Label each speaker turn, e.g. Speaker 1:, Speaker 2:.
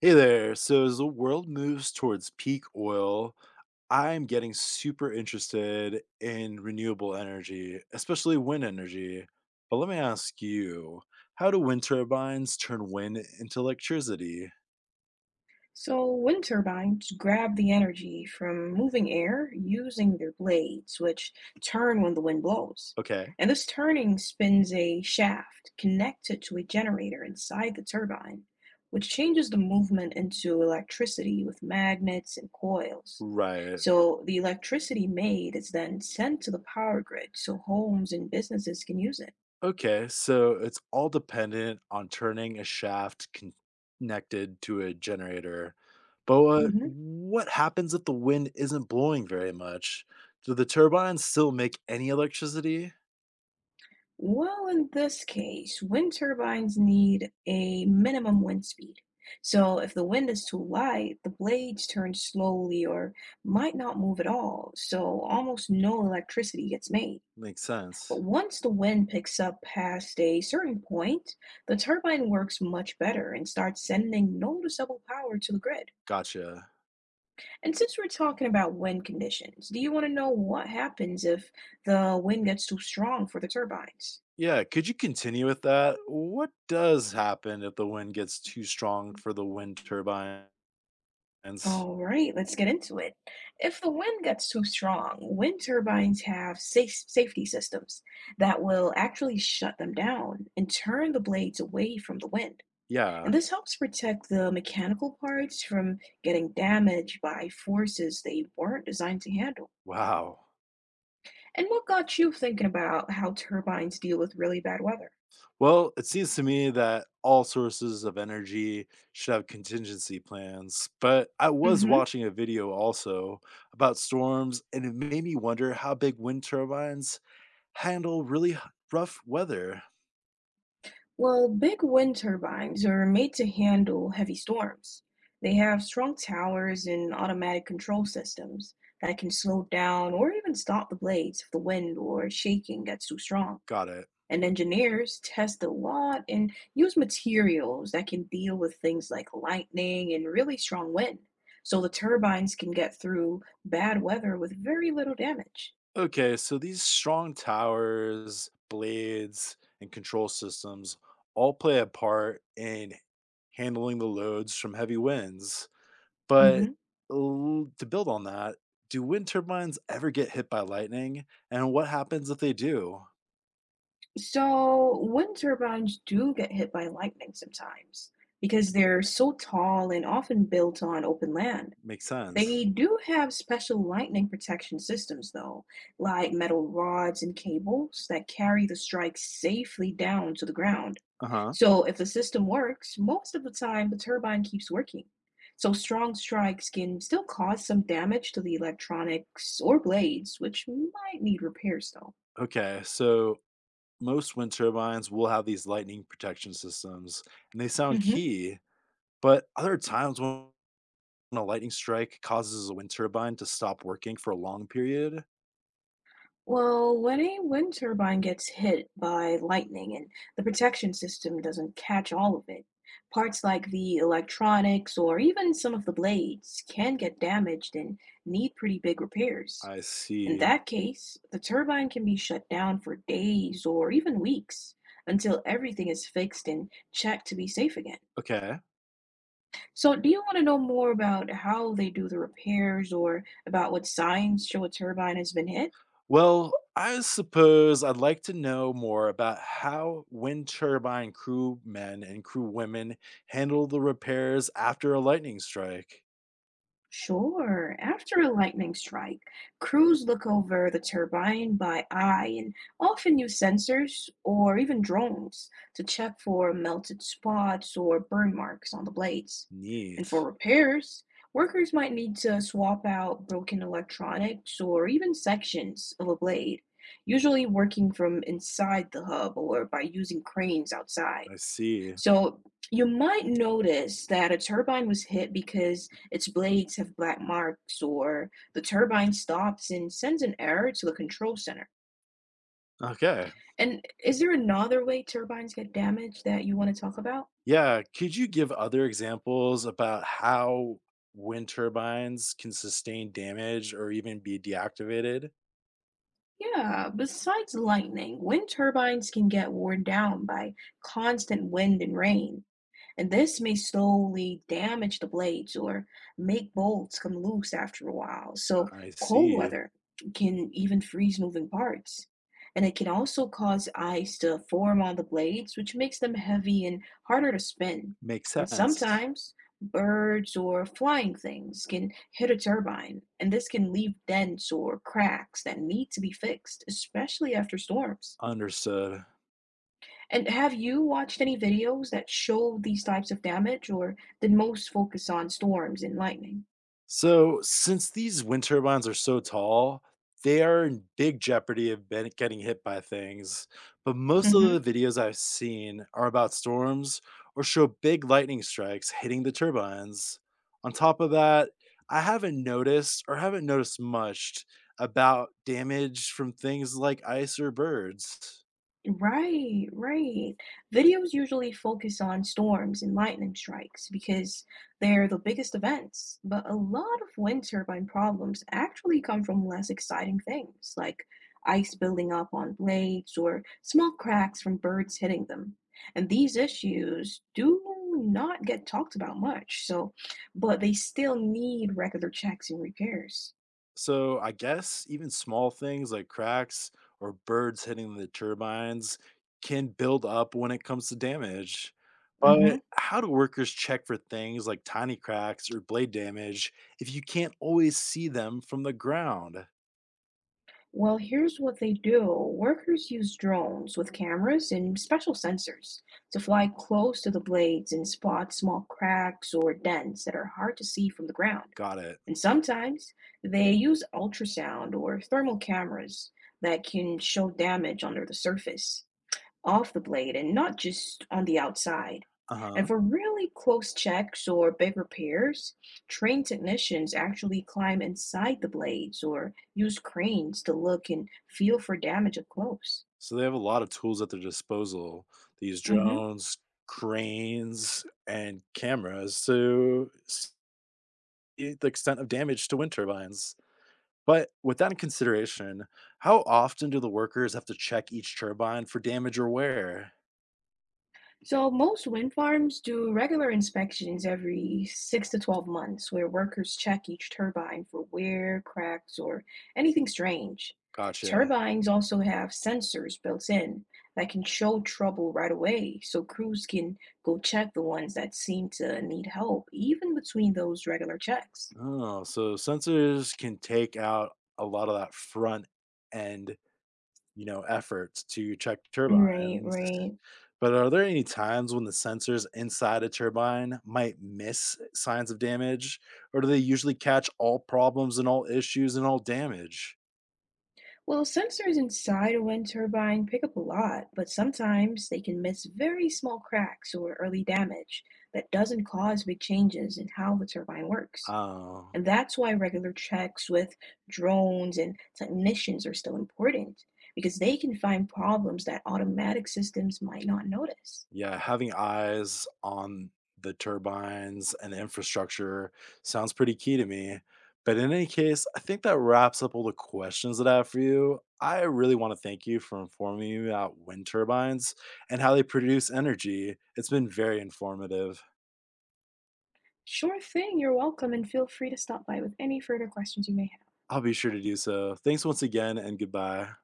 Speaker 1: Hey there. So as the world moves towards peak oil, I'm getting super interested in renewable energy, especially wind energy. But let me ask you, how do wind turbines turn wind into electricity?
Speaker 2: So, wind turbines grab the energy from moving air using their blades, which turn when the wind blows.
Speaker 1: Okay.
Speaker 2: And this turning spins a shaft connected to a generator inside the turbine, which changes the movement into electricity with magnets and coils.
Speaker 1: Right.
Speaker 2: So, the electricity made is then sent to the power grid so homes and businesses can use it.
Speaker 1: Okay. So it's all dependent on turning a connected to a generator. But what,
Speaker 2: Mhm.
Speaker 1: what happens if the wind isn't blowing very much? Do the turbines still make any electricity?
Speaker 2: Well, in this case, wind turbines need a minimum wind speed. So if the wind is too light, the blades turn slowly or might not move at all, so almost no electricity gets made.
Speaker 1: Makes sense.
Speaker 2: But once the wind picks up past a certain point, the turbine works much better and starts sending noticeable power to the grid.
Speaker 1: Gotcha.
Speaker 2: And since we're talking about wind conditions, do you want to know what happens if the wind gets too strong for the turbines?
Speaker 1: Yeah, could you continue with that? What does happen if the wind gets too strong for the wind turbines?
Speaker 2: All right, let's get into it. If the wind gets too strong, wind turbines have safety systems that will actually shut them down and turn the blades away from the wind.
Speaker 1: Yeah,
Speaker 2: And this helps protect the mechanical parts from getting damaged by forces they weren't designed to handle.
Speaker 1: wow.
Speaker 2: And what got you thinking about how turbines deal with really bad weather?
Speaker 1: Well, it seems to me that all sources of energy should have contingency plans, but I was
Speaker 2: Mm-hmm.
Speaker 1: watching a video also about storms, and it made me wonder how big wind turbines handle rough weather.
Speaker 2: Well, big wind turbines are made to handle heavy storms. They have strong towers and automatic control systems that can slow down or even stop the blades if the wind or shaking gets too strong.
Speaker 1: Got it.
Speaker 2: And engineers test a lot and use materials that can deal with things like lightning and really strong wind. So the turbines can get through bad weather with very little damage.
Speaker 1: Okay, so these strong towers, blades, and control systems all play a part in handling the loads from heavy winds. But
Speaker 2: hmm
Speaker 1: to build on that, do wind turbines ever get hit by lightning? And what happens if they do?
Speaker 2: So wind turbines do get hit by lightning sometimes because they're so tall and often built on open land.
Speaker 1: Makes
Speaker 2: They
Speaker 1: sense.
Speaker 2: do have special lightning protection systems, though, like metal rods and cables that carry the strikes safely down to the ground.
Speaker 1: Uh huh.
Speaker 2: So if the system works, most of the time the turbine keeps working. So strong strikes can still cause some damage to the electronics or blades, which might need repairs, though.
Speaker 1: Okay, so most wind turbines will have these lightning protection systems, and they sound
Speaker 2: Mhm.
Speaker 1: key. But other times when a lightning strike causes a wind turbine to stop working for a long period?
Speaker 2: Well, when a wind turbine gets hit by lightning and the protection system doesn't catch all of it, parts like the electronics or even some of the blades can get damaged and need pretty big repairs.
Speaker 1: I
Speaker 2: In
Speaker 1: see.
Speaker 2: that case, the turbine can be shut down for days or even weeks until everything is fixed and checked to be safe again.
Speaker 1: Okay.
Speaker 2: So, do you want to know more about how they do the repairs or about what signs show a turbine has been hit?
Speaker 1: Well, I suppose I'd like to know more about how wind turbine crew men and crew women handle the repairs after a lightning strike.
Speaker 2: Sure. After a lightning strike, crews look over the turbine by eye and often use sensors or even drones to check for melted spots or burn marks on the blades. And
Speaker 1: Neat.
Speaker 2: for repairs, workers might need to swap out broken electronics or even sections of a blade, usually working from inside the hub or by using cranes outside.
Speaker 1: I see.
Speaker 2: So you might notice that a turbine was hit because its blades have black marks, or the turbine stops and sends an error to the control center.
Speaker 1: Okay.
Speaker 2: And is there another way turbines get damaged that you want to talk about?
Speaker 1: Yeah. Could you give other examples about how wind turbines can sustain damage or even be deactivated?
Speaker 2: Yeah, besides lightning, wind turbines can get worn down by constant wind and rain, and this may slowly damage the blades or make bolts come loose after a while. So,
Speaker 1: I
Speaker 2: cold
Speaker 1: see.
Speaker 2: weather can even freeze moving parts. And it can also cause ice to form on the blades, which makes them heavy and harder to spin.
Speaker 1: Makes
Speaker 2: And
Speaker 1: sense.
Speaker 2: sometimes birds or flying things can hit a turbine, and this can leave dents or cracks that need to be fixed, especially after storms.
Speaker 1: Understood.
Speaker 2: And have you watched any videos that show these types of damage, or did most focus on storms and lightning?
Speaker 1: So, since these wind turbines are so tall, they are in big jeopardy of getting hit by things. But most of the videos I've seen are about storms or show big lightning strikes hitting the turbines. On top of that, I haven't noticed or haven't noticed much about damage from things like ice or birds.
Speaker 2: Right, right. Videos usually focus on storms and lightning strikes because they're the biggest events, but a lot of wind turbine problems actually come from less exciting things like ice building up on blades or small cracks from birds hitting them. And these issues do not get talked about much, so, but they still need regular checks and repairs.
Speaker 1: So I guess even small things like cracks or birds hitting the turbines can build up when it comes to damage. But
Speaker 2: Mhm.
Speaker 1: how do workers check for things like tiny cracks or blade damage if you can't always see them from the ground?
Speaker 2: Well, here's what they do. Workers use drones with cameras and special sensors to fly close to the blades and spot small cracks or dents that are hard to see from the ground.
Speaker 1: Got it.
Speaker 2: And sometimes they use ultrasound or thermal cameras that can show damage under the surface off the blade and not just on the outside.
Speaker 1: Uh
Speaker 2: And
Speaker 1: huh.
Speaker 2: for really close checks or big repairs, trained technicians actually climb inside the blades or use cranes to look and feel for damage up close.
Speaker 1: So they have a lot of tools at their disposal, these
Speaker 2: Mhm.
Speaker 1: drones, cranes, and cameras to see the extent of damage to wind turbines. But with that in consideration, how often do the workers have to check each turbine for damage or wear?
Speaker 2: So most wind farms do regular inspections every 6 to 12 months where workers check each turbine for wear, cracks, or anything strange.
Speaker 1: Gotcha.
Speaker 2: Turbines also have sensors built in that can show trouble right away, so crews can go check the ones that seem to need help, even between those regular checks.
Speaker 1: Oh, so sensors can take out a lot of that front end, efforts to check
Speaker 2: Right,
Speaker 1: turbines.
Speaker 2: right.
Speaker 1: But are there any times when the sensors inside a turbine might miss signs of damage, or do they usually catch all problems and all issues and all damage?
Speaker 2: Well, sensors inside a wind turbine pick up a lot, but sometimes they can miss very small cracks or early damage that doesn't cause big changes in how the turbine works.
Speaker 1: Oh.
Speaker 2: And that's why regular checks with drones and technicians are still important, because they can find problems that automatic systems might not notice.
Speaker 1: Yeah, having eyes on the turbines and the infrastructure sounds pretty key to me. But in any case, I think that wraps up all the questions that I have for you. I really want to thank you for informing me about wind turbines and how they produce energy. It's been very informative.
Speaker 2: Sure thing, you're welcome, and feel free to stop by with any further questions you may have.
Speaker 1: I'll be sure to do so. Thanks once again and goodbye.